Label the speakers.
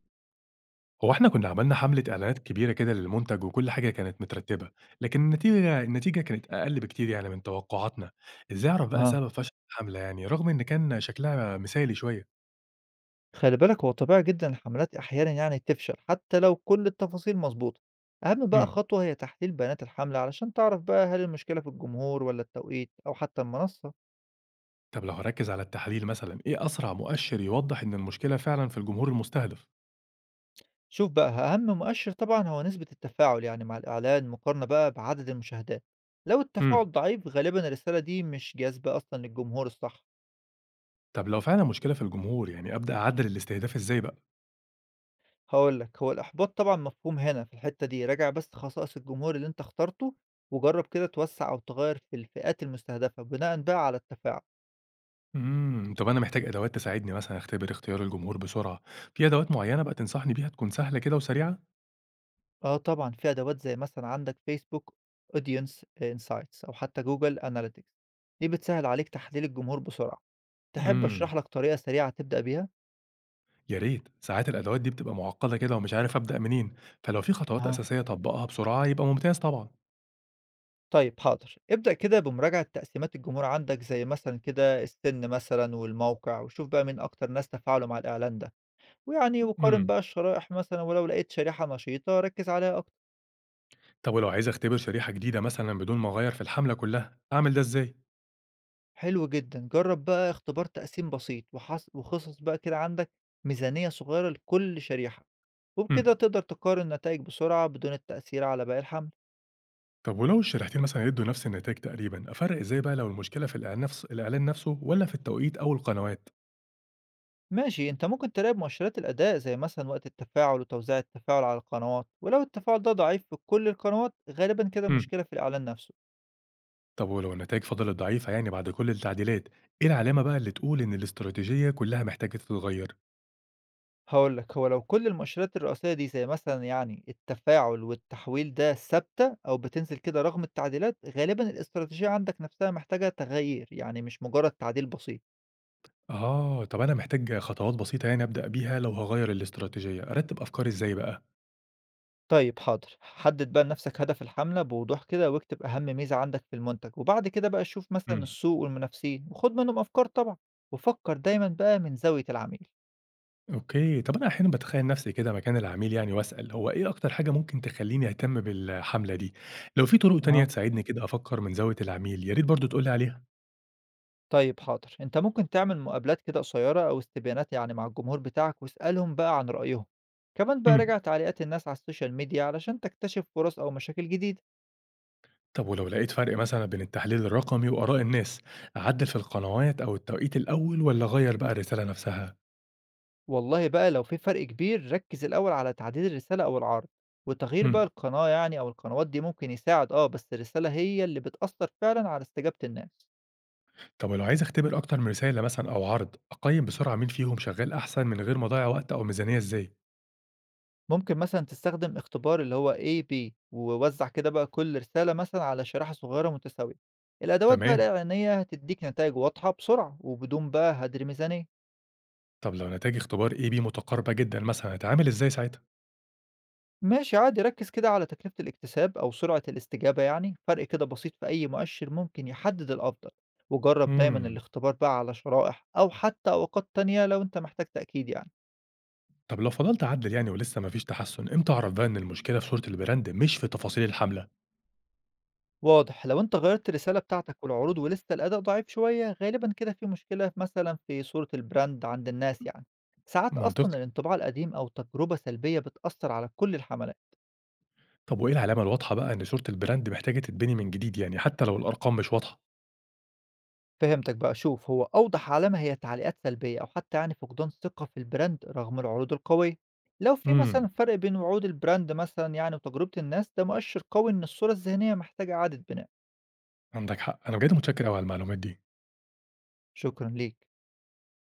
Speaker 1: هو إحنا كنا عملنا حملة إعلانات كبيرة كده للمنتج وكل حاجة كانت مترتبة، لكن النتيجة كانت أقل بكتير يعني من توقعاتنا، إزاي أعرف بقى
Speaker 2: أها،
Speaker 1: سبب فشل الحملة يعني رغم إن كان شكلها مثالي شوية؟
Speaker 2: خلّي بالك هو طبيعي جدًا الحملات أحيانًا يعني تفشل حتى لو كل التفاصيل مضبوطة. أهم بقى
Speaker 1: امم،
Speaker 2: خطوة هي تحليل بيانات الحملة علشان تعرف بقى هل المشكلة في الجمهور والّا التوقيت أو حتى المنصة.
Speaker 1: طب لو هاركز على التحليل مثلًا، إيه أسرع مؤشر يوضح إن المشكلة فعلًا في الجمهور المستهدف؟
Speaker 2: شوف بقى أهم مؤشر طبعًا هو نسبة التفاعل يعني مع الإعلان مقارنة بقى بعدد المشاهدات، لو
Speaker 1: امم،
Speaker 2: التفاعل ضعيف غالبًا الرسالة دي مش جاذبة أصلًا للجمهور الصح.
Speaker 1: طب لو فعلًا مشكلة في الجمهور يعني أبدأ أعدل الاستهداف إزاي بقى؟
Speaker 2: هاقول لك هو الإحباط طبعًا مفهوم هنا في الحتة دي، راجع بس خصائص الجمهور اللي أنت اخترته وجرّب كده توسّع أو تغيّر في الفئات المستهدفة بناءً بقى على التفاعل.
Speaker 1: طب أنا محتاج أدوات تساعدني مثلًا أختبر اختيار الجمهور بسرعة، في أدوات معينة بقى تنصحني بيها تكون سهلة كده وسريعة؟
Speaker 2: آه طبعًا، في أدوات زي مثلًا عندك Facebook Audience Insights أو حتى Google Analytics، دي بتسهِّل عليك تحليل الجمهور بسرعة. تحب
Speaker 1: امم.
Speaker 2: أشرح لك طريقة سريعة تبدأ بيها؟
Speaker 1: يا ريت، ساعات الأدوات دي بتبقى معقدة كده ومش عارف أبدأ منين، فلو في خطوات
Speaker 2: أها.
Speaker 1: أساسية أطبقها بسرعة يبقى ممتاز طبعًا.
Speaker 2: طيب حاضر، ابدأ كده بمراجعة تقسيمات الجمهور عندك زي مثلًا كده السِن مثلًا والموقع، وشوف بقى مين أكتر ناس تفاعلوا مع الإعلان ده، وقارن
Speaker 1: امم،
Speaker 2: بقى الشرائح مثلًا، ولو لقيت شريحة نشيطة ركِّز عليها أكتر.
Speaker 1: طب ولو عايز أختبر شريحة جديدة مثلًا بدون ما أغير في الحملة كلها، أعمل ده إزاي؟
Speaker 2: حلو جدًا، جرّب بقى اختبار تقسيم بسيط وخصص بقى كده عندك ميزانية صغيرة لكل شريحة، وبكده
Speaker 1: امم،
Speaker 2: تقدر تقارن النتايج بسرعة بدون التأثير على باقي الحملة.
Speaker 1: طب ولو الشريحتين مثلًا يدوا نفس النتائج تقريبًا، أفرق إزاي بقى لو المشكلة في الإعلان نفسه والّا في التوقيت أو القنوات؟
Speaker 2: ماشي، أنت ممكن تراقب مؤشرات الأداء زي مثلًا وقت التفاعل وتوزيع التفاعل على القنوات، ولو التفاعل ده ضعيف في كل القنوات غالبًا كده
Speaker 1: امم،
Speaker 2: المشكلة في الإعلان نفسه.
Speaker 1: طب ولو النتائج فضلت ضعيفة يعني بعد كل التعديلات، إيه العلامة بقى اللي تقول إن الاستراتيجية كلها محتاجة تتغير؟
Speaker 2: هاقول لك، هو لو كل المؤشرات الرئيسية دي زي مثلًا يعني التفاعل والتحويل ده ثابتة أو بتنزل كده رغم التعديلات، غالبًا الاستراتيجية عندك نفسها محتاجة تغيير، يعني مش مجرد تعديل بسيط.
Speaker 1: آه، طب أنا محتاج خطوات بسيطة يعني أبدأ بيها لو هاغيّر الاستراتيجية، أرتّب أفكاري إزاي بقى؟
Speaker 2: طيب حاضر، حدد بقى لنفسك هدف الحملة بوضوح كده، واكتب أهم ميزة عندك في المنتج، وبعد كده بقى شوف مثلًا
Speaker 1: إمم.
Speaker 2: السوق والمنافسين وخُد منهم أفكار طبعًا، وفكر دايمًا بقى من زاوية العميل.
Speaker 1: أوكي، طب أنا أحيانًا باتخيّل نفسي كده مكان العميل يعني وأسأل هو إيه أكتر حاجة ممكن تخلّيني أهتم بالحملة دي؟ لو في طرق تانية
Speaker 2: أها.
Speaker 1: تساعدني كده أفكّر من زاوية العميل يا ريت برضه تقول لي عليها.
Speaker 2: طيب حاضر، انت ممكن تعمل مقابلات كده قصيرة او استبيانات يعني مع الجمهور بتاعك واسألهم بقى عن رأيهم. كمان بقى
Speaker 1: إمم.
Speaker 2: راجع تعليقات الناس على السوشيال ميديا علشان تكتشف فرص او مشاكل جديدة.
Speaker 1: طب ولو لقيت فرق مثلًا بين التحليل الرقمي وآراء الناس، أعدّل في القنوات أو التوقيت الأول والّا أغيّر بقى الرسالة نفسها؟
Speaker 2: والله بقى لو في فرق كبير ركز الاول على تعديل الرسالة او العرض، وتغيير بقى
Speaker 1: إمم.
Speaker 2: القناة يعني او القنوات دي ممكن يساعد، اه بس الرسالة هي اللي بتأثر فعلا على استجابة الناس.
Speaker 1: طب ولو عايز أختبر أكتر من رسالة مثلًا أو عرض، أقيّم بسرعة مين فيهم شغّال أحسن من غير ما أضيّع وقت أو ميزانية إزاي؟
Speaker 2: ممكن مثلًا تستخدم اختبار اللي هو A-B ووزّع كده بقى كل رسالة مثلًا على شريحة صغيرة متساوية. الأدوات بقى
Speaker 1: تمام.
Speaker 2: الإعلانية هتدّيك نتايج واضحة بسرعة وبدون بقى هدر ميزانية.
Speaker 1: طب لو نتايج اختبار AB متقاربة جدًا مثلًا، أتعامل إزاي ساعتها؟
Speaker 2: ماشي عادي، ركّز كده على تكلفة الاكتساب أو سرعة الاستجابة يعني، فرق كده بسيط في أي مؤشر ممكن يحدد الأفضل. وجرّب دايمًا
Speaker 1: إمم.
Speaker 2: الاختبار بقى على شرائح أو حتى أوقات تانية لو أنت محتاج تأكيد يعني.
Speaker 1: طب لو فضلت أعدّل يعني ولسه ما فيش تحسُّن، إمتى أعرف بقى إن المشكلة في صورة البراند مش في تفاصيل الحملة؟
Speaker 2: واضح، لو انت غيرت الرسالة بتاعتك والعروض ولسه الأداء ضعيف شوية غالبا كده في مشكلة مثلا في صورة البراند عند الناس يعني. ساعات
Speaker 1: منطقي.
Speaker 2: أصلا الانطباع القديم أو تجربة سلبية بتأثر على كل الحملات.
Speaker 1: طب وإيه العلامة الواضحة بقى إن صورة البراند محتاجة تتبني من جديد يعني حتى لو الأرقام مش واضحة؟
Speaker 2: فهمتك بقى، شوف هو أوضح علامة هي تعليقات سلبية أو حتى يعني فقدان ثقة في البراند رغم العروض القوية. لو في
Speaker 1: إمم.
Speaker 2: مثلا فرق بين وعود البراند مثلا يعني وتجربة الناس، ده مؤشر قوي إن الصورة الذهنية محتاجة إعادة بناء.
Speaker 1: عندك حق. أنا بجد متشكر أوي على المعلومات دي.
Speaker 2: شكرا ليك.